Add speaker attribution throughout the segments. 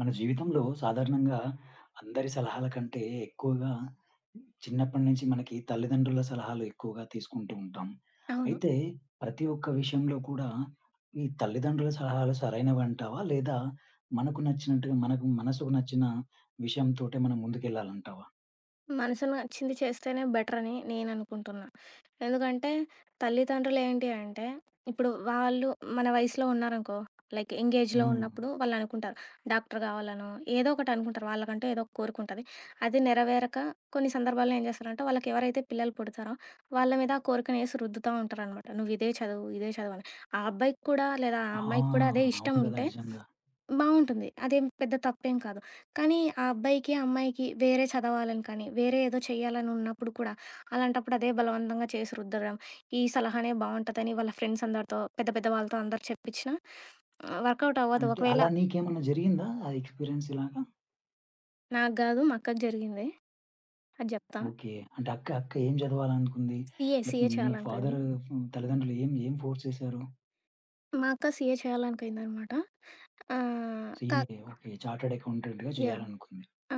Speaker 1: మన జీవితంలో సాధారణంగా అందరి సలహాల కంటే ఎక్కువగా చిన్నప్పటి నుంచి మనకి తల్లిదండ్రుల సలహాలు ఎక్కువగా తీసుకుంటూ ఉంటాం.
Speaker 2: అవును.
Speaker 1: అయితే ప్రతి ఒక్క విషయంలో కూడా ఈ తల్లిదండ్రుల సలహాలు సరైనవంటావా? లేదా మనకు నచ్చినట్టుగా మనకు మనసుకు నచ్చిన విషయంతోటే మనం ముందుకెళ్ళాలంటావా?
Speaker 2: మనసుకు నచ్చింది చేస్తేనే బెటరని నేననుకుంటున్నా. ఎందుకంటే, తల్లిదండ్రులేంటి అంటే, ఇప్పుడు వాళ్ళు మన వయసులో ఉన్నారనుకో, లైక్ యంగ్ ఏజ్‌లో
Speaker 1: హ్మ్.
Speaker 2: ఉన్నప్పుడు వాళ్ళనుకుంటారు. డాక్టర్ కావాలనో, ఏదో ఒకటనుకుంటారు. వాళ్ళకంటూ ఏదో ఒక కోరికుంటది. అది నెరవేరక కొన్ని సందర్భాల్లో ఏం చేస్తారంటే, వాళ్ళకెవరైతే పిల్లలు పుడతారో, వాళ్ళ మీద ఆ కోరికనేసి రుద్దుతా ఉంటారనమాట. నువ్విదే చదువు, ఇదే చదువు అని. ఆ అబ్బాయికి కూడా లేదా ఆ
Speaker 1: ఆ,
Speaker 2: అమ్మాయికి కూడా అదే
Speaker 1: అవును కదా!
Speaker 2: ఇష్టముంటే
Speaker 1: నిజంగా.
Speaker 2: బావుంటుంది. అదేం పెద్ద తప్పేం కాదు. కానీ ఆ అబ్బాయికి, ఆ అమ్మాయికి వేరే చదవాలని కానీ, వేరే ఏదో చేయాలని ఉన్నప్పుడు కూడా, అలాంటప్పుడు అదే బలవంతంగా చేసి రుద్దడం, ఈ సలహానే బావుంటదని వాళ్ళ ఫ్రెండ్స్ అందరితో, పెద్ద పెద్ద వాళ్ళతో అందరు చెప్పించినా వర్కౌట్ అవ్వదు.
Speaker 1: అంటే
Speaker 2: ఒకవేళ
Speaker 1: అలా నీకేమన్నా జరిగిందా ఆ ఎక్స్‌పీరియన్స్ ఇలాగ?
Speaker 2: నాకు గాదు, మా అక్కకి జరిగింది. అది జెప్తా.
Speaker 1: ఓకే. అంటే అక్క ఏం చదవాలనుకుంది?
Speaker 2: సీఏ,
Speaker 1: అంటే
Speaker 2: సీఏ
Speaker 1: మీ
Speaker 2: చేయాలనుకుంది.
Speaker 1: ఫాదరు తల్లిదండ్రులు ఏం ఫోర్స్ చేశారు?
Speaker 2: మా అక్క సీఏ చేయాలనుకుందనమాట. ఆహ్, క
Speaker 1: సీఏ ఓకే. చార్టర్డ్ అకౌంటెంట్‌గా
Speaker 2: యాహ్!
Speaker 1: చేయాలనుకుంది.
Speaker 2: ఆ!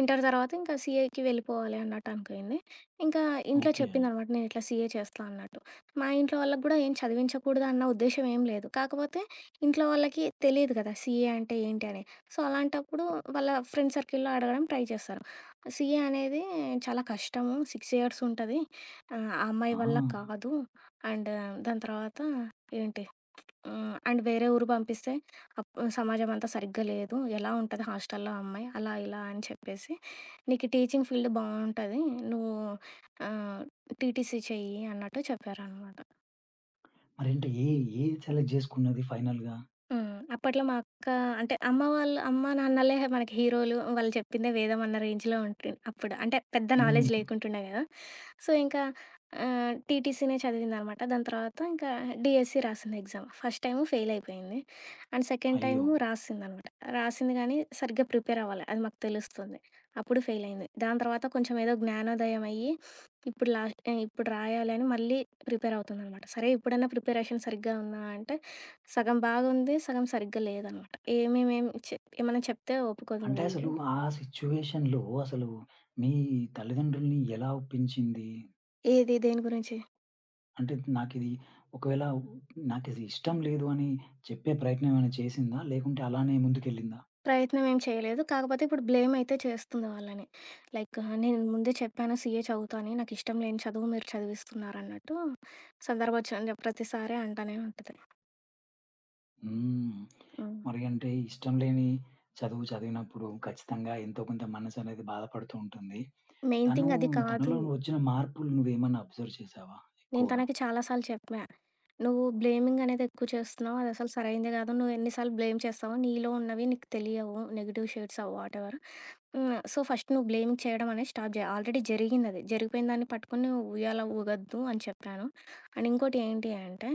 Speaker 2: ఇంటర్ తర్వాత ఇంకా సీఏకి వెళ్ళిపోవాలి అన్నట్టు అనుకుంది. ఇంకా ఇంట్లో
Speaker 1: ఓకే.
Speaker 2: చెప్పిందనమాట, నేను ఇట్లా సీఏ చేస్తా అన్నట్టు. మా ఇంట్లో వాళ్ళకి గూడా ఏం చదివించకూడదు అన్న ఉద్దేశ్యం ఏం లేదు. కాకపోతే ఇంట్లో వాళ్ళకి తెలీదు కదా, సీఏ అంటే ఏంటి అని. సో, అలాంటప్పుడు వాళ్ళ ఫ్రెండ్ సర్కిల్‌లో అడగడం ట్రై చేస్తారు. సీఏ అనేది చాలా కష్టము. 6 ఇయర్స్ ఉంటది. ఆ అమ్మాయి
Speaker 1: ఆ!
Speaker 2: వల్ల కాదు. అండ్ దాని తర్వాత ఏంటి. అండ్ వేరే ఊరు పంపిస్తే అప్ సమాజం అంతా సరిగ్గా లేదు. ఎలా ఉంటది హాస్టల్‌లో అమ్మాయి, అలా ఇలా అని చెప్పేసి, నీకు టీచింగ్ ఫీల్డ్ బావుంటది. నువ్వు ఆహ్, టీటీసీ చెయ్యి అన్నట్టు చెప్పారనమాట.
Speaker 1: మరేంటి ఏ, ఏది సెలెక్ట్ చేసుకున్నది ఫైనల్‌గా?
Speaker 2: హ్మ్. అప్పట్లో మా అక్క, అంటే అమ్మ వాళ్ళు, అమ్మ నాన్నలే మనకి హీరోలు. వాళ్ళు చెప్పిందే వేదం అన్న రేంజ్‌లో ఉంటుండే అప్పుడు. అంటే పెద్ద నాలెడ్జ్
Speaker 1: హ్మ్.
Speaker 2: లేకుంటుండే కదా. సో, ఇంకా టీటీసీనే చదివిందనమాట. దాని తర్వాత ఇంకా డీఎస్సీ రాసింది, ఎగ్జామ్. ఫస్ట్ టైము ఫెయిల్ అయిపోయింది. అండ్ సెకండ్
Speaker 1: అయ్యో!
Speaker 2: టైము రాసిందనమాట. రాసింది గానీ సరిగ్గా ప్రిపేర్ అవ్వలే. అది మాకు తెలుస్తుంది. అప్పుడు ఫెయిల్ అయింది. దాని తర్వాత కొంచెం ఏదో జ్ఞానోదయం అయ్యి, ఇప్పుడు లాస్ట్ ఇప్పుడు రాయాలి అని మళ్ళీ ప్రిపేర్ అవుతుందనమాట. సరే ఇప్పుడన్నా ప్రిపరేషన్ సరిగ్గా ఉందా అంటే, సగం బాగుంది, సగం సరిగ్గా లేదనమాట. ఏమేమేం చె ఏమన్నా చెప్తే ఒప్పుకోదు
Speaker 1: అంటే
Speaker 2: మళ్ళీ.
Speaker 1: అసలు ఆ సిట్యుయేషన్‌లో అసలు మీ తల్లిదండ్రుల్ని ఎలా ఒప్పించింది?
Speaker 2: ఏది? దేని గురించి?
Speaker 1: అంటే నాకిది ఒకవేళ నాకిది ఇష్టం లేదు అని చెప్పే ప్రయత్నం ఏమైనా చేసిందా? లేకుంటే అలానే ముందుకెళ్ళిందా?
Speaker 2: ప్రయత్నం ఏం చేయలేదు. కాకపోతే ఇప్పుడు బ్లేమ్ అయితే చేస్తుంది వాళ్ళని. లైక్, నేను ముందే చెప్పాను సీఏ చదువుతా అని. నాకు ఇష్టం లేని చదువు మీరు చదివిస్తున్నారన్నట్టు సందర్భోచితంగా ప్రతిసారి అంటనే ఉంటది.
Speaker 1: హ్మ్.
Speaker 2: హ్మ్.
Speaker 1: మరి అంటే ఇష్టం లేని చదువు చదివినప్పుడు ఖచ్చితంగా ఎంతో కొంత మనసనేది బాధపడుతూ ఉంటుంది.
Speaker 2: మెయిన్
Speaker 1: తను
Speaker 2: థింగ్ అది కాదు.
Speaker 1: తనలో వచ్చిన మార్పులు నువ్వేమన్నా అబ్జర్వ్ చేశావా
Speaker 2: నేను
Speaker 1: ఎక్కువగా?
Speaker 2: తనకి చాలా సార్లు చెప్పా. "నువ్వు బ్లేమింగ్ అనేది ఎక్కువ చేస్తున్నావు. అది అసలు సరైంది కాదు. నువ్వు ఎన్ని సార్లు బ్లేమ్ చేస్తావో నీలో ఉన్నవి నీకు తెలియవు. Negative shades whatever. హ్మ్. సో, ఫస్ట్ నువ్వు బ్లేమింగ్ చేయడం అనేది స్టాప్ చేయి. ఆల్రెడీ జరిగిందది. జరిగిపోయిన దాన్ని పట్టుకొని నువ్వు ఉయ్యాల ఊగొద్దు" అని చెప్పాను. అండ్ ఇంకోటి ఏంటి అంటే,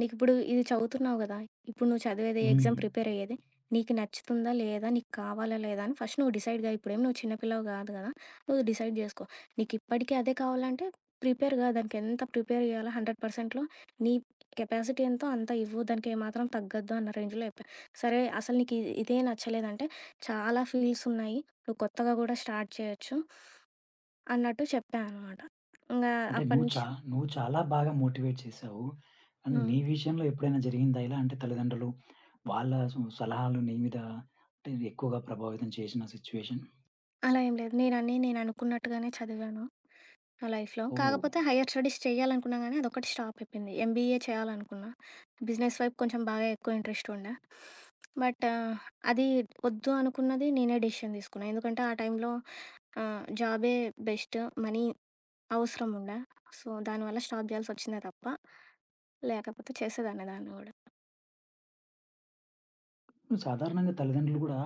Speaker 2: నీకిప్పుడు ఇది చదువుతున్నావు కదా. ఇప్పుడు నువ్వు చదివేది,
Speaker 1: హ్మ్.
Speaker 2: ఎగ్జామ్ ప్రిపేర్ అయ్యేది నీకు నచ్చుతుందా? లేదా? నీకు కావాలా? లేదా? అని ఫస్ట్ నువ్వు డిసైడ్‌గా, ఇప్పుడేమి నువ్వు చిన్న పిల్లవి కాదు కదా. నువ్వు డిసైడ్ చేసుకో. నీకిప్పటికి అదే కావాలంటే ప్రిపేర్‌గా దానికెంత ప్రిపేర్ జేయాలో 100%లో నీ కెపాసిటీ ఎంతో అంత ఇవ్వు. దానికి ఏమాత్రం తగ్గద్దు అన్న రేంజ్‌లో చెప్పా. సరే అసలు నీకు ఇదే నచ్చలేదంటే చాలా ఫీల్డ్స్ ఉన్నాయి. నువ్వు కొత్తగా గూడా స్టార్ట్ చేయొచ్చు అన్నట్టు చెప్పా అనమాట. ఇంగా
Speaker 1: అంటే
Speaker 2: అప్పటి నుంచి
Speaker 1: నువ్వు చాలా బాగా మోటివేట్ చేశావు. అండ్
Speaker 2: హ్మ్.
Speaker 1: నీ విషయంలో ఎప్పుడైనా జరిగిందా ఇలా? అంటే తల్లిదండ్రులు వాళ్ళ సొ సలహాలు నీ మీద అంటే ఎక్కువగా ప్రభావితం చేసిన సిట్యుయేషన్?
Speaker 2: అలా ఏం లేదు. నేనన్నీ నేను అనుకున్నట్టుగానే చదివాను నా లైఫ్‌లో.
Speaker 1: ఓహ్!
Speaker 2: కాకపోతే హైయర్ స్టడీస్ చేయాలనుకున్నా గానీ, అదొక్కటి స్టాప్ అయిపోయింది. ఎంబీఏ చేయాలనుకున్నా. బిజినెస్ వైపు కొంచెం బాగా ఎక్కువ ఇంట్రెస్ట్ ఉండే. బట్ అది వద్దు అనుకున్నది నేనే డెసిషన్ తీసుకున్నా. ఎందుకంటే ఆ టైంలో జాబే బెస్ట్, మనీ అవసరం ఉండే. సో, దానివల్ల స్టాప్ చేయాల్సొచ్చిందే తప్ప, లేకపోతే చేసేదాన్ని దాన్ని గూడా.
Speaker 1: సాధారణంగా తల్లిదండ్రులు గూడా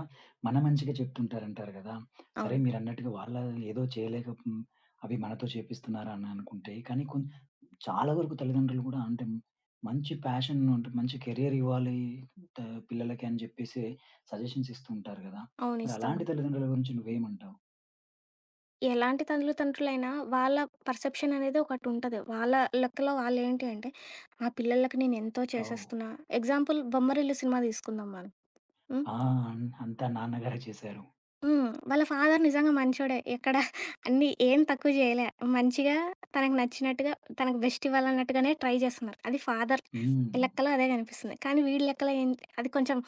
Speaker 1: మన మంచికే చెప్తుంటారంటారు గదా! సరే
Speaker 2: అవును.
Speaker 1: మీరన్నట్టుగా వాళ్ళ ఏదో చేయలేక అవి మనతో చేపిస్తున్నారని అనుకుంటే, కానీ కొం చాలా వరకు తల్లిదండ్రులు గూడా అంటే మంచి ప్యాషన్ అంటే మంచి కెరియర్ ఇవ్వాలి త పిల్లలకి అని జెప్పేసి సజెషన్స్ ఇస్తూ ఉంటారు గదా!
Speaker 2: అవును.
Speaker 1: మరి
Speaker 2: ఇస్తాడు.
Speaker 1: అలాంటి తల్లిదండ్రుల గురించి నువ్వేమంటావు?
Speaker 2: ఎలాంటి తల్లితండ్రులైనా వాళ్ళ పర్సెప్షన్ అనేది ఒకటుంటది. వాళ్ళ లెక్కలో వాళ్ళేంటి అంటే, ఆ పిల్లలకి నేనెంతో
Speaker 1: ఓహ్!
Speaker 2: చేసేస్తున్నా. ఎగ్జాంపుల్ 'బొమ్మరిల్లు' సినిమా తీసుకుందాం మనం. హ్మ్.
Speaker 1: ఆ! అంతా నాన్నగారే చేశారు.
Speaker 2: హ్మ్. వాళ్ళ ఫాదర్ నిజంగా మంచోడే. ఎక్కడ అన్నీ ఏం తక్కువ జేయలే. మంచిగా తనకు నచ్చినట్టుగా, తనకు బెస్ట్ ఇవ్వాలన్నట్టుగానే ట్రై చేస్తున్నారు. అది ఫాదర్
Speaker 1: హ్మ్.
Speaker 2: లెక్కలో అదే కనిపిస్తుంది. కానీ వీడి లెక్కలో ఏం, అది కొంచెం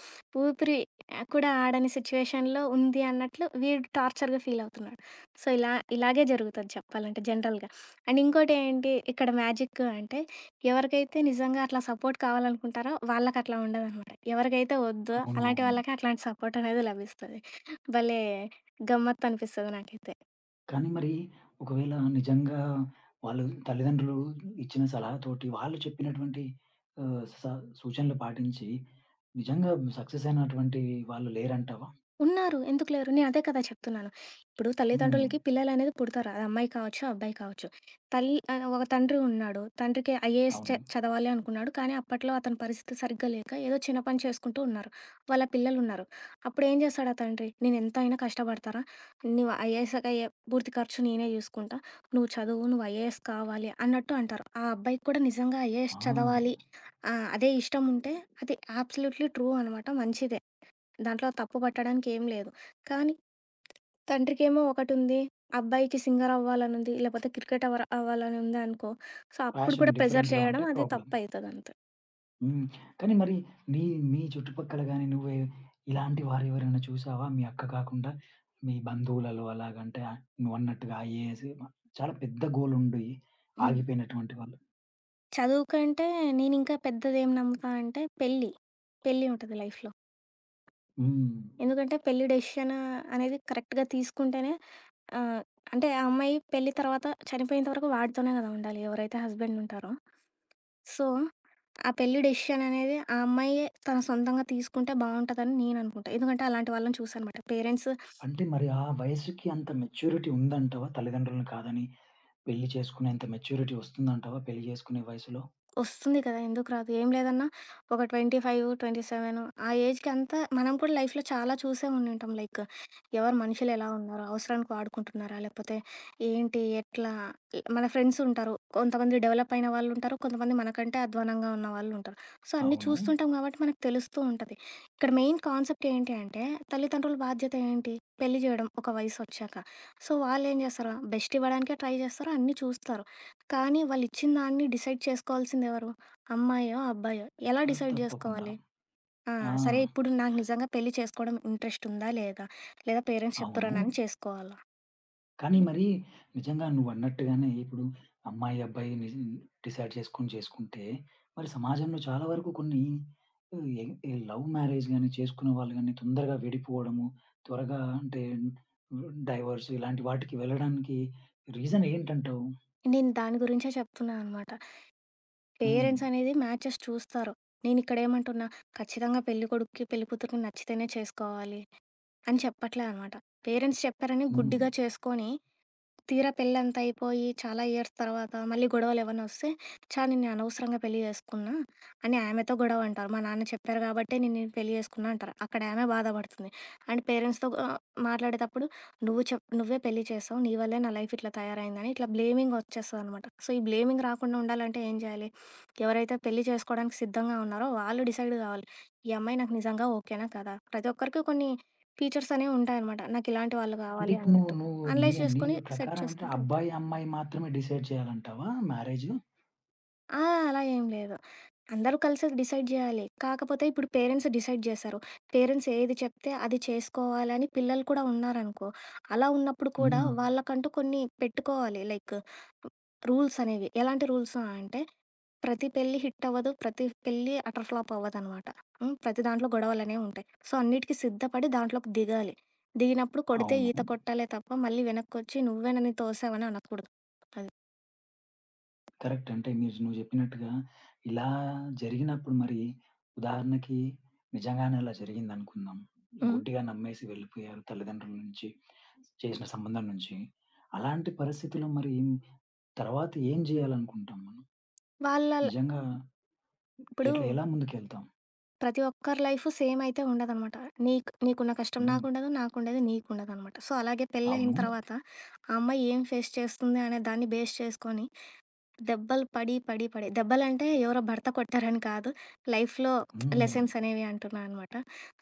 Speaker 2: ఊపిరి కూడా ఆడని సిచ్యువేషన్‌లో ఉంది అన్నట్లు వీడు టార్చర్‌గా ఫీల్ అవుతున్నాడు. సో, ఇలాగే జరుగుతది చెప్పాలంటే జనరల్‌గా. అండ్ ఇంకోటేంటి ఇక్కడ మ్యాజిక్ అంటే, ఎవరికైతే నిజంగా అట్లా సపోర్ట్ కావాలనుకుంటారో వాళ్ళకట్లా ఉండదనమాట. ఎవరికైతే వద్దో
Speaker 1: అవును.
Speaker 2: అలాంటి
Speaker 1: అవును.
Speaker 2: వాళ్ళకే అట్లాంటి సపోర్ట్ అనేది లభిస్తది. భలే గమ్మత్తనిపిస్తది నాకైతే.
Speaker 1: కానీ మరి ఒకవేళ నిజంగా వాళ్ళు తల్లిదండ్రులు ఇచ్చిన సలహాతోటి, వాళ్ళు చెప్పినటువంటి ఆహ్, స సూచనలు పాటించి నిజంగా సక్సెస్ అయినటువంటి వాళ్ళు లేరంటావా?
Speaker 2: ఉన్నారు. ఎందుకు లేరు? నేను అదే కదా చెప్తున్నాను. ఇప్పుడు
Speaker 1: హ్మ్.
Speaker 2: తల్లిదండ్రులకి పిల్లలనేది పుడతారు. అది అమ్మాయి కావచ్చు, అబ్బాయి కావచ్చు. తల్లి ఒక తండ్రి ఉన్నాడు. తండ్రికి ఐఏఎస్
Speaker 1: అవును.
Speaker 2: చదవాలి అనుకున్నాడు. కానీ అప్పట్లో అతని పరిస్థితి సరిగ్గా లేక ఏదో చిన్న పని చేసుకుంటూ ఉన్నారు. వాళ్ళ పిల్లలున్నారు. అప్పుడేం చేస్తాడు ఆ తండ్రి? నేనెంత అయినా కష్టపడతారా? నువ్వు ఐఏఎస్‌కి అయ్యే పూర్తి ఖర్చు నేనే చూసుకుంటా. నువ్వు చదువు, నువ్వు ఐఏఎస్ కావాలి అన్నట్టు అంటారు. ఆ అబ్బాయికి కూడా నిజంగా ఐఏఎస్
Speaker 1: ఆ!
Speaker 2: చదవాలి, అదే ఇష్టం ఉంటే అది అబ్సల్యూట్‌లీ ట్రూ అనమాట. మంచిదే. దాంట్లో తప్పు పట్టడానికి ఏం లేదు. కానీ తండ్రికేమో ఒకటుంది. అబ్బాయికి సింగర్ అవ్వాలనుంది. లేపోతే క్రికెట్ అవ్వాలని ఉందనుకో, సో, అప్పుడు
Speaker 1: ప్యాషన్
Speaker 2: కూడా ప్రెజర్
Speaker 1: డిఫరెంట్‌గా
Speaker 2: చేయడం
Speaker 1: ఉంటే
Speaker 2: అది
Speaker 1: ప్రాబ్లమ్.
Speaker 2: తప్పయితదంతే.
Speaker 1: హ్మ్. కానీ మరి నీ మీ చుట్టుపక్కల గాని నువ్వే ఇలాంటి వారెవరైనా చూసావా? మీ అక్క కాకుండా మీ బంధువులలో అలాగంటే నువ్వన్నట్టుగా ఐఏఎస్ చాలా పెద్ద గోల్ ఉండి
Speaker 2: హ్మ్.
Speaker 1: ఆగిపోయినటువంటి వాళ్ళు?
Speaker 2: చదువు కంటే నేనింకా పెద్దదేం నమ్ముతా అంటే పెళ్లి. పెళ్లి ఉంటది లైఫ్‌లో.
Speaker 1: హ్మ్.
Speaker 2: ఎందుకంటే పెళ్లి డెసిషన్ అనేది కరెక్ట్‌గా తీసుకుంటేనే, ఆహ్, అంటే ఆ అమ్మాయి పెళ్లి తర్వాత చనిపోయేంత వరకు వాడితోనే గదా ఉండాలి, ఎవరైతే హస్బెండ్ ఉంటారో. సో ఆ పెళ్లి డెసిషన్ అనేది ఆ అమ్మాయే తన సొంతంగా తీసుకుంటే బావుంటదని నేననుకుంటా. ఎందుకంటే అలాంటి వాళ్ళని చూసానమాట. పేరెంట్స్.
Speaker 1: అంటే మరి ఆ వయస్సుకి అంత మెచ్యూరిటీ ఉందంటావా? తల్లిదండ్రులను కాదని పెళ్లి చేసుకునేంత మెచ్యూరిటీ వస్తుందంటావా పెళ్లి చేసుకునే వయసులో?
Speaker 2: వస్తుంది కదా! ఎందుకు రాదు? ఏం లేదన్నా ఒక 25, 27 ఆ ఏజ్‌కి అంతా మనం కూడా లైఫ్‌లో చాలా చూసే ఉండింటాం. లైక్, ఎవరు మనుషులు ఎలా ఉన్నారు? అవసరానికి వాడుకుంటున్నారా? లేకపోతే ఏంటి? ఎట్లా? మన ఫ్రెండ్స్ ఉంటారు. కొంతమంది డెవలప్ అయిన వాళ్ళుంటారు. కొంతమంది మనకంటే అధ్వానంగా ఉన్న వాళ్ళుంటారు. సో, అన్నీ
Speaker 1: అవును.
Speaker 2: చూస్తుంటాం కాబట్టి మనకు తెలుస్తూ ఉంటది. ఇక్కడ మెయిన్ కాన్సెప్ట్ ఏంటి అంటే, తల్లిదండ్రుల బాధ్యత ఏంటి? పెళ్లి జేయడం ఒక వయసొచ్చాక. సో, వాళ్ళేం జేస్తారు? బెస్ట్ ఇవ్వడానికే ట్రై జేస్తారు. అన్నీ చూస్తారు. కానీ వాళ్ళిచ్చిన దాన్ని డిసైడ్ చేసుకోవాల్సిందెవరు? అమ్మాయో, అబ్బాయో? ఎలా
Speaker 1: ఆహ్,
Speaker 2: డిసైడ్
Speaker 1: తప్పకుండా.
Speaker 2: జేసుకోవాలి? ఆ!
Speaker 1: ఆ!
Speaker 2: సరే ఇప్పుడు నాకు నిజంగా పెళ్లి చేసుకోవడం ఇంట్రెస్టుందా? లేదా? లేదా పేరెంట్స్
Speaker 1: అవును.
Speaker 2: చెప్తుర్రనని చేసుకోవాలా?
Speaker 1: కానీ మరి నిజంగా నువ్వన్నట్టుగానే ఇప్పుడు అమ్మాయి, అబ్బాయి నిజం డిసైడ్ చేసుకొని చేసుకుంటే మరి సమాజంలో చాలా వరకు కొన్ని ఆహ్, ఎ ఈ లవ్ మ్యారేజ్ గాని, చేసుకున్న వాళ్ళు గాని తొందరగా విడిపోవడము, త్వరగా అంటే డైవోర్స్ ఇలాంటి వాటికి వెళ్ళడానికి రీజన్ ఏంటంటావు?
Speaker 2: నేను దాని గురించే చెప్తున్నా అనమాట.
Speaker 1: హ్మ్.
Speaker 2: పేరెంట్స్ అనేది మ్యాచెస్ చూస్తారు. నేనిక్కడేమంటున్నా, ఖచ్చితంగా పెళ్లి కొడుక్కి, పెళ్లి కూతురికి నచ్చితేనే చేసుకోవాలి అని చెప్పట్లే అనమాట. పేరెంట్స్ చెప్పారని
Speaker 1: హ్మ్.
Speaker 2: గుడ్డిగా చేసుకొని తీరా పెళ్ళంత అయిపోయి చాలా ఇయర్స్ తర్వాత మళ్ళీ గొడవలు ఏమైనా వస్తే, నిన్ను అనవసరంగా పెళ్లి చేసుకున్నా అని ఆమెతో గొడవ అంటారు. మా నాన్న చెప్పారు కాబట్టే నేను నిన్ను పెళ్లి చేసుకున్నా అంటారు. అక్కడ ఆమె బాధపడుతుంది. అండ్ పేరెంట్స్తో మాట్లాడేటప్పుడు, నువ్వు చెప్ నువ్వే పెళ్లి చేసావు, నీ వల్లే నా లైఫ్ ఇట్లా తయారైందని ఇట్లా బ్లేమింగ్ వచ్చేస్తుంది అనమాట. సో, ఈ బ్లేమింగ్ రాకుండా ఉండాలంటే ఏం చేయాలి? ఎవరైతే పెళ్లి చేసుకోవడానికి సిద్ధంగా ఉన్నారో వాళ్ళు డిసైడ్ కావాలి. ఈ అమ్మాయి నాకు నిజంగా ఓకేనా కదా? ప్రతి ఒక్కరికి కొన్ని ఫీచర్స్ అనేవి ఉంటాయన్నమాట. నాకు ఇలాంటి వాళ్ళు
Speaker 1: అంటే
Speaker 2: కావాలి
Speaker 1: ఇప్పుడు నువ్వు
Speaker 2: అన్నట్టు
Speaker 1: నువ్వు నీ
Speaker 2: అనలైజ్
Speaker 1: నీ
Speaker 2: చేసుకొని సెట్
Speaker 1: ప్రకారం అంటే
Speaker 2: చేసుకుంటే అంతే.
Speaker 1: అబ్బాయి, అమ్మాయి మాత్రమే డిసైడ్ చేయాలంటావా మ్యారేజు?
Speaker 2: ఆ! అలా ఏం లేదు. అందరూ కలిసి డిసైడ్ జేయాలి. కాకపోతే ఇప్పుడు పేరెంట్స్ డిసైడ్ జేశారు, పేరెంట్స్ ఏది చెప్తే అది చేసుకోవాలని పిల్లలు కూడా ఉన్నారనుకో, అలా ఉన్నప్పుడు కూడా
Speaker 1: హ్మ్.
Speaker 2: వాళ్ళకంటూ కొన్ని పెట్టుకోవాలి. లైక్ రూల్స్ అనేవి. ఎలాంటి రూల్స్ అంటే, ప్రతి పెళ్లి హిట్ అవ్వదు. ప్రతి పెళ్లి అటర్ ఫ్లాప్ అవ్వదనమాట. హ్మ్. ప్రతి దాంట్లో గొడవలనేవి ఉంటాయి. సో, అన్నిటికి సిద్ధపడి దాంట్లోకి దిగాలి. దిగినప్పుడు కొడితే
Speaker 1: అవును.
Speaker 2: ఈత కొట్టాలే తప్ప, మళ్ళీ వెనక్కొచ్చి నువ్వే నన్ను తోసావని అనకూడదు. అది.
Speaker 1: కరెక్ట్. అంటే నువ్వు చెప్పినట్టుగా ఇలా జరిగినప్పుడు మరి ఉదాహరణకి నిజంగానే అలా జరిగిందనుకుందాం.
Speaker 2: హ్మ్.
Speaker 1: గుడ్డిగా నమ్మేసి వెళ్ళిపోయారు తల్లిదండ్రుల నుంచి, చేసిన సంబంధం నుంచి. అలాంటి పరిస్థితిలో మరి తర్వాత ఏం జేయాలనుకుంటాం మనం?
Speaker 2: వాళ్ళళ్
Speaker 1: నిజంగా
Speaker 2: ఇప్పుడు
Speaker 1: ఎలా ముందుకెళ్తాం?
Speaker 2: ప్రతి ఒక్కరి లైఫ్ సేమ్ అయితే ఉండదనమాట. నీకు నీకున్న కష్టం
Speaker 1: హ్మ్.
Speaker 2: నాకుండదు, నాకుండేది నీకుండదనమాట. సో, అలాగే పెళ్ళయిన
Speaker 1: అవును.
Speaker 2: తర్వాత ఓకే. ఆ అమ్మాయి ఏం ఫేస్ చేస్తుంది అనే దాన్ని బేస్ చేసుకొని దెబ్బలు పడి, పడి, పడి, దెబ్బలంటే ఎవరో భర్త కొట్టారని కాదు, లైఫ్‌లో
Speaker 1: హ్మ్.
Speaker 2: లెసన్స్ అనేవి అంటున్నా అనమాట.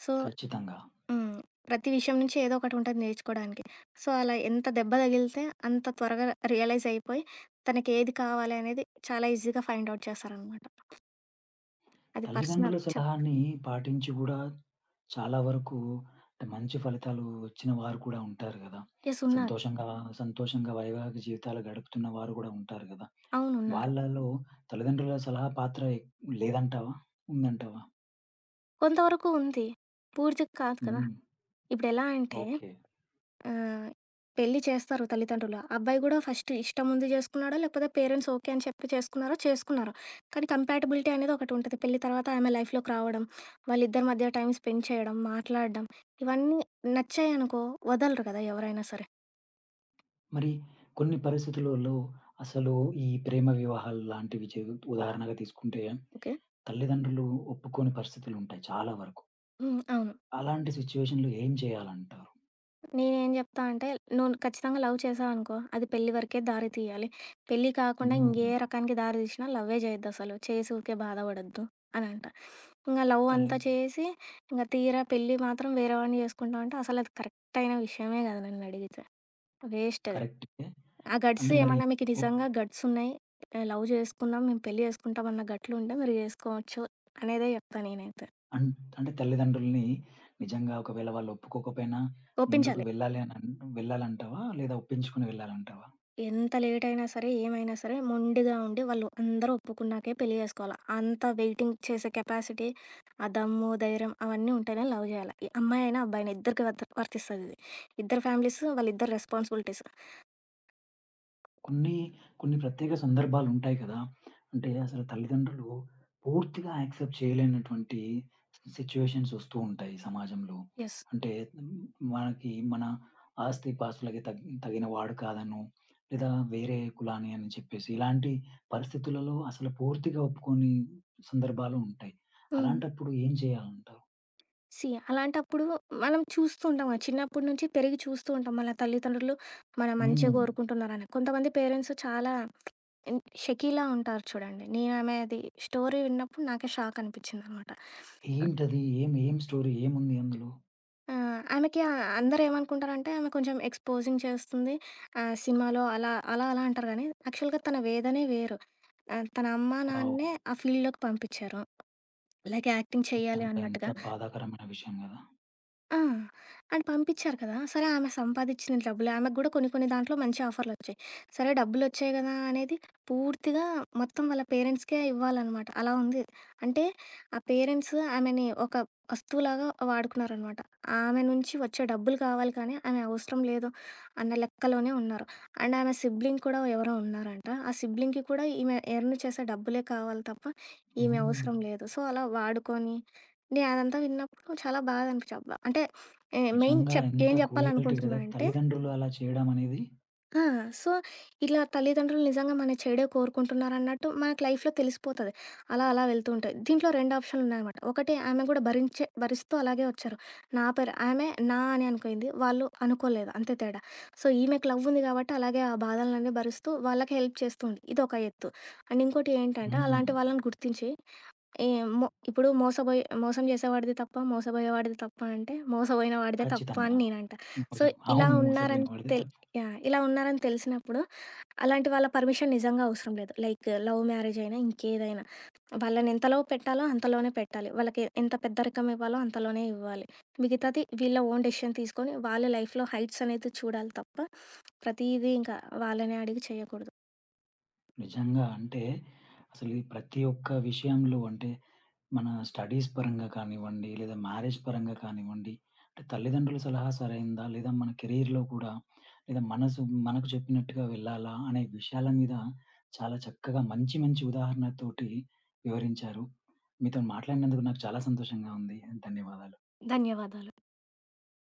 Speaker 2: సో,
Speaker 1: ఖచ్చితంగా.
Speaker 2: హ్మ్. ప్రతి విషయం నుంచి ఏదో ఒకటి ఉంటది నేర్చుకోడానికి. సో, అలా ఎంత దెబ్బ తగిలితే అంత త్వరగా రియలైజ్ అయిపోయి తనకేది కావాలి అనేది చాలా ఈజీగా ఫైండ్ ఔట్ చేస్తారనమాట. అది
Speaker 1: తల్లిదండ్రుల
Speaker 2: పర్సనల్.
Speaker 1: సలహాని పాటించి గూడా చాలా వరకు అంటే మంచి ఫలితాలు వచ్చిన వారు కూడా ఉంటారు గదా!
Speaker 2: యెస్. ఉన్నారు.
Speaker 1: సంతోషంగా సంతోషంగా వైవాహిక జీవితాలు గడుపుతున్న వారు గూడా ఉంటారు గదా!
Speaker 2: అవును. ఉన్నారు.
Speaker 1: వాళ్ళలో తల్లిదండ్రుల సలహా పాత్ర లేదంటావా? ఉందంటావా?
Speaker 2: కొంతవరకు ఉంది. పూర్తిగా కాదు కదా.
Speaker 1: హ్మ్.
Speaker 2: ఇప్పుడెలా అంటే
Speaker 1: ఓకే.
Speaker 2: ఆహ్, పెళ్లి చేస్తారు తల్లిదండ్రులు. అబ్బాయి గూడా ఫస్ట్ ఇష్టముంది చేసుకున్నాడో, లేకపోతే పేరెంట్స్ ఓకే అని చెప్పి చేసుకున్నారో, చేసుకున్నారు. కానీ కంపాటిబిలిటీ అనేది ఒకటుంటది. పెళ్లి తర్వాత ఆమె లైఫ్‌లోకి రావడం, వాళ్ళిద్దరి మధ్య టైమ్ స్పెండ్ చేయడం, మాట్లాడడం, ఇవన్నీ నచ్చాయనుకో వదలరు కదా ఎవరైనా సరే.
Speaker 1: మరి కొన్ని పరిస్థితులలో అసలు ఈ ప్రేమ వివాహాలు లాంటివి జరుగు ఉదాహరణగా తీసుకుంటే
Speaker 2: ఓకే.
Speaker 1: తల్లిదండ్రులు ఒప్పుకోని పరిస్థితులుంటాయి చాలా వరకు.
Speaker 2: హ్మ్. అవును.
Speaker 1: అలాంటి సిట్యుయేషన్‌లో ఏం చేయాలంటారు?
Speaker 2: నేనేం జెప్తా అంటే, నువ్వు ఖచ్చితంగా లవ్ చేశావనుకో, అది పెళ్లి వరకే దారి తీయాలి. పెళ్లి కాకుండా ఇంగే
Speaker 1: హ్మ్.
Speaker 2: రకానికి దారి తీసినా లవ్వే చేయొద్దసలు. చేసి ఊరికే బాధపడొద్దు అనంటా. ఇంగ లవ్
Speaker 1: తల్లి
Speaker 2: అంతా చేసి, ఇంగ తీరా పెళ్లి మాత్రం వేరే వాడిని చేసుకుంటావంటే అసలది కరెక్ట్ అయిన విషయమే గాదు నన్నడిగితే. వేస్ట్ అది.
Speaker 1: కరెక్టే.
Speaker 2: ఆ గట్స్
Speaker 1: అంటే మరి
Speaker 2: ఏమన్నా మీకు
Speaker 1: ఒప్
Speaker 2: నిజంగా గట్స్ ఉన్నాయి, లవ్ చేసుకుందాం, మేము పెళ్లి చేసుకుంటాం అన్న గట్లుంటే మీరు చేసుకోవచ్చు అనేదే జెప్తా నేనైతే.
Speaker 1: అన్ అంటే తల్లిదండ్రుల్ని నిజంగా ఒకవేళ వాళ్ళు ఒప్పుకోకపోయినా ముందుకు
Speaker 2: ఒప్పించాలి.
Speaker 1: వెళ్ళాలి అని అన్ వెళ్ళాలంటావా? లేదా ఒప్పించుకొని వెళ్ళాలంటావా?
Speaker 2: ఎంత లేటయినా సరే, ఏమైనా సరే మొండిగా ఉండి వాళ్ళు అందరూ ఒప్పుకున్నాకే పెళ్లి జేసుకోవాల. అంత వెయిటింగ్ చేసే కెపాసిటీ, ఆ దమ్ము, ధైర్యం అవన్నీ ఉంటేనే లవ్ జేయాల. ఈ అమ్మాయైనా, అబ్బాయినా ఇద్దరికి వర్తిస్తదిది. ఇద్దరు ఫ్యామిలీస్, వాళ్ళిద్దరి రెస్పాన్సిబిలిటీస్.
Speaker 1: కొన్ని, కొన్ని ప్రత్యేక సందర్భాలుంటాయి కదా! అంటే అసలు తల్లిదండ్రులు పూర్తిగా యాక్సెప్ట్ చేయలేనటువంటి సిట్యుయేషన్స్ వస్తూ ఉంటాయి సమాజంలో.
Speaker 2: యెస్.
Speaker 1: అంటే ఉమ్, మనకి మన ఆస్తిపాస్తులకి తగిన వాడు కాదనో, లేదా వేరే కులాని అని చెప్పేసి ఇలాంటి పరిస్థితులలో అసలు పూర్తిగా ఒప్పుకోని సందర్భాలు ఉంటాయి.
Speaker 2: హ్మ్.
Speaker 1: అలాంటప్పుడు ఏం చేయాలంటావు?
Speaker 2: సీ అలాంటప్పుడు మనం చూస్తూ ఉంటాం గదా. చిన్నప్పటి నుంచి పెరిగి చూస్తూ ఉంటాం మన తల్లిదండ్రులు మన మంచే
Speaker 1: హ్మ్.
Speaker 2: గోరుకుంటున్నారని. కొంతమంది పేరెంట్స్ చాలా షకీలా ఉంటారు చూడండి. నేను ఆమెది స్టోరీ విన్నప్పుడు నాకే షాక్ అనిపిచ్చిందనమాట.
Speaker 1: ఏంటది? ఏం ఏం స్టోరీ ఏముంది అందులో?
Speaker 2: ఆ! ఆమెకి అందరేమనుకుంటారంటే ఆమె కొంచెం ఎక్స్‌పోజింగ్ చేస్తుంది. సినిమాలో అలా, అలా, అలా అంటారు గానీ, యాక్చువల్‌గా తన వేదనే వేరు. తన అమ్మ,
Speaker 1: వావ్!
Speaker 2: నాన్నే ఆ ఫీల్డ్‌లోకి పంపిచ్చారు. లైక్ యాక్టింగ్ చేయాలి
Speaker 1: నిజంగా ఎంత
Speaker 2: అన్నట్టుగా.
Speaker 1: బాధాకరమైన విషయం గదా!
Speaker 2: ఆ! అండ్ పంపిచ్చారు కదా. సరే ఆమె సంపాదిచ్చిన డబ్బులే, ఆమెకు గూడా కొన్ని కొన్ని దాంట్లో మంచి ఆఫర్‌లొచ్చాయి. సరే డబ్బులొచ్చాయి గదా అనేది, పూర్తిగా మొత్తం వాళ్ళ పేరెంట్స్‌కే ఇవ్వాలనమాట. అలా ఉంది. అంటే ఆ పేరెంట్స్ ఆమెని ఒక వస్తువులాగా వాడుకున్నారనమాట. ఆమె నుంచి వచ్చే డబ్బులు కావాలి కానీ, ఆమె అవసరం లేదు అన్న లెక్కలోనే ఉన్నారు. అండ్ ఆమె సిబ్లింగ్ కూడా ఎవరో ఉన్నారంట. ఆ సిబ్లింగ్‌కి కూడా ఈమె ఎర్న్ చేసే డబ్బులే కావాలి తప్ప, ఈమె
Speaker 1: హ్మ్.
Speaker 2: అవసరం లేదు. సో, అలా వాడుకొని, నేను అదంతా విన్నప్పుడు చాలా బాధ అనిపించి, అబ్బా! అంటే మెయిన్
Speaker 1: నిజంగా ఎంత
Speaker 2: ఏం
Speaker 1: క్రూయల్టీ గదా!
Speaker 2: చెప్పాలనుకుంటున్నా అంటే
Speaker 1: తల్లిదండ్రులు అలా చేయడం అనేది.
Speaker 2: ఆ! సో, ఇలా తల్లిదండ్రులు నిజంగా మన చెడే కోరుకుంటున్నారన్నట్టు మనకు లైఫ్‌లో తెలిసిపోతది. అలా అలా వెళ్తూ ఉంటాయి. దీంట్లో 2 ఆప్షన్‌లున్నాయనమాట. ఒకటి, ఆమె కూడా భరించే భరిస్తూ అలాగే వచ్చారు. నా పేరు ఆమె నా అని అనుకుంది. వాళ్ళు అనుకోలేదు. అంతే తేడా. సో, ఈమెకు లవ్ ఉంది కాబట్టి అలాగే ఆ బాధలన్నీ భరిస్తూ వాళ్ళకి హెల్ప్ చేస్తూ ఉంది. ఇదొక ఎత్తు. అండ్ ఇంకోటి ఏంటంటే
Speaker 1: హ్మ్.
Speaker 2: అలాంటి వాళ్ళని గుర్తించి ఏ మొ ఇప్పుడు మోసబోయే, మోసం చేసేవాడిది తప్ప, మోసబోయేవాడిది తప్ప, అంటే మోసబోయిన వాడిదే తప్పు
Speaker 1: ఖచ్చితంగా.
Speaker 2: అని నేనంట. సో,
Speaker 1: మోసం
Speaker 2: ఇలా
Speaker 1: అవును. మోసపోయిన
Speaker 2: ఉన్నారని
Speaker 1: వాడిదే
Speaker 2: తెల్
Speaker 1: తప్పు.
Speaker 2: యాహ్! ఇలా ఉన్నారని తెలిసినప్పుడు, అలాంటి వాళ్ళ పర్మిషన్ నిజంగా అవసరం లేదు. లైక్ లవ్ మ్యారేజ్ అయినా, ఇంకేదైనా. వాళ్ళని ఎంతలో పెట్టాలో అంతలోనే పెట్టాలి. వాళ్ళకి ఎంత పెద్దరికం ఇవ్వాలో అంతలోనే ఇవ్వాలి. మిగతాది వీళ్ళ ఓన్ డెసిషన్ తీసుకొని, వాళ్ళ లైఫ్‌లో హైట్స్ అనేది చూడాలి తప్ప, ప్రతీదీ ఇంకా వాళ్ళనే అడిగి చేయకూడదు.
Speaker 1: నిజంగా అంటే అసలు ఈ ప్రతి ఒక్క విషయంలో అంటే మన స్టడీస్ పరంగా కానివ్వండి, లేదా మ్యారేజ్ పరంగా కానివ్వండి, అంటే తల్లిదండ్రుల సలహా సరైందా? లేదా మన కెరీర్‌లో కూడా లేదా మనసు మనకు చెప్పినట్టుగా వెళ్ళాలా? అనే విషయాల మీద చాలా చక్కగా మంచి మంచి ఉదాహరణతోటి వివరించారు. మీతోని మాట్లాడినందుకు నాకు చాలా సంతోషంగా ఉంది. ధన్యవాదాలు.
Speaker 2: ధన్యవాదాలు.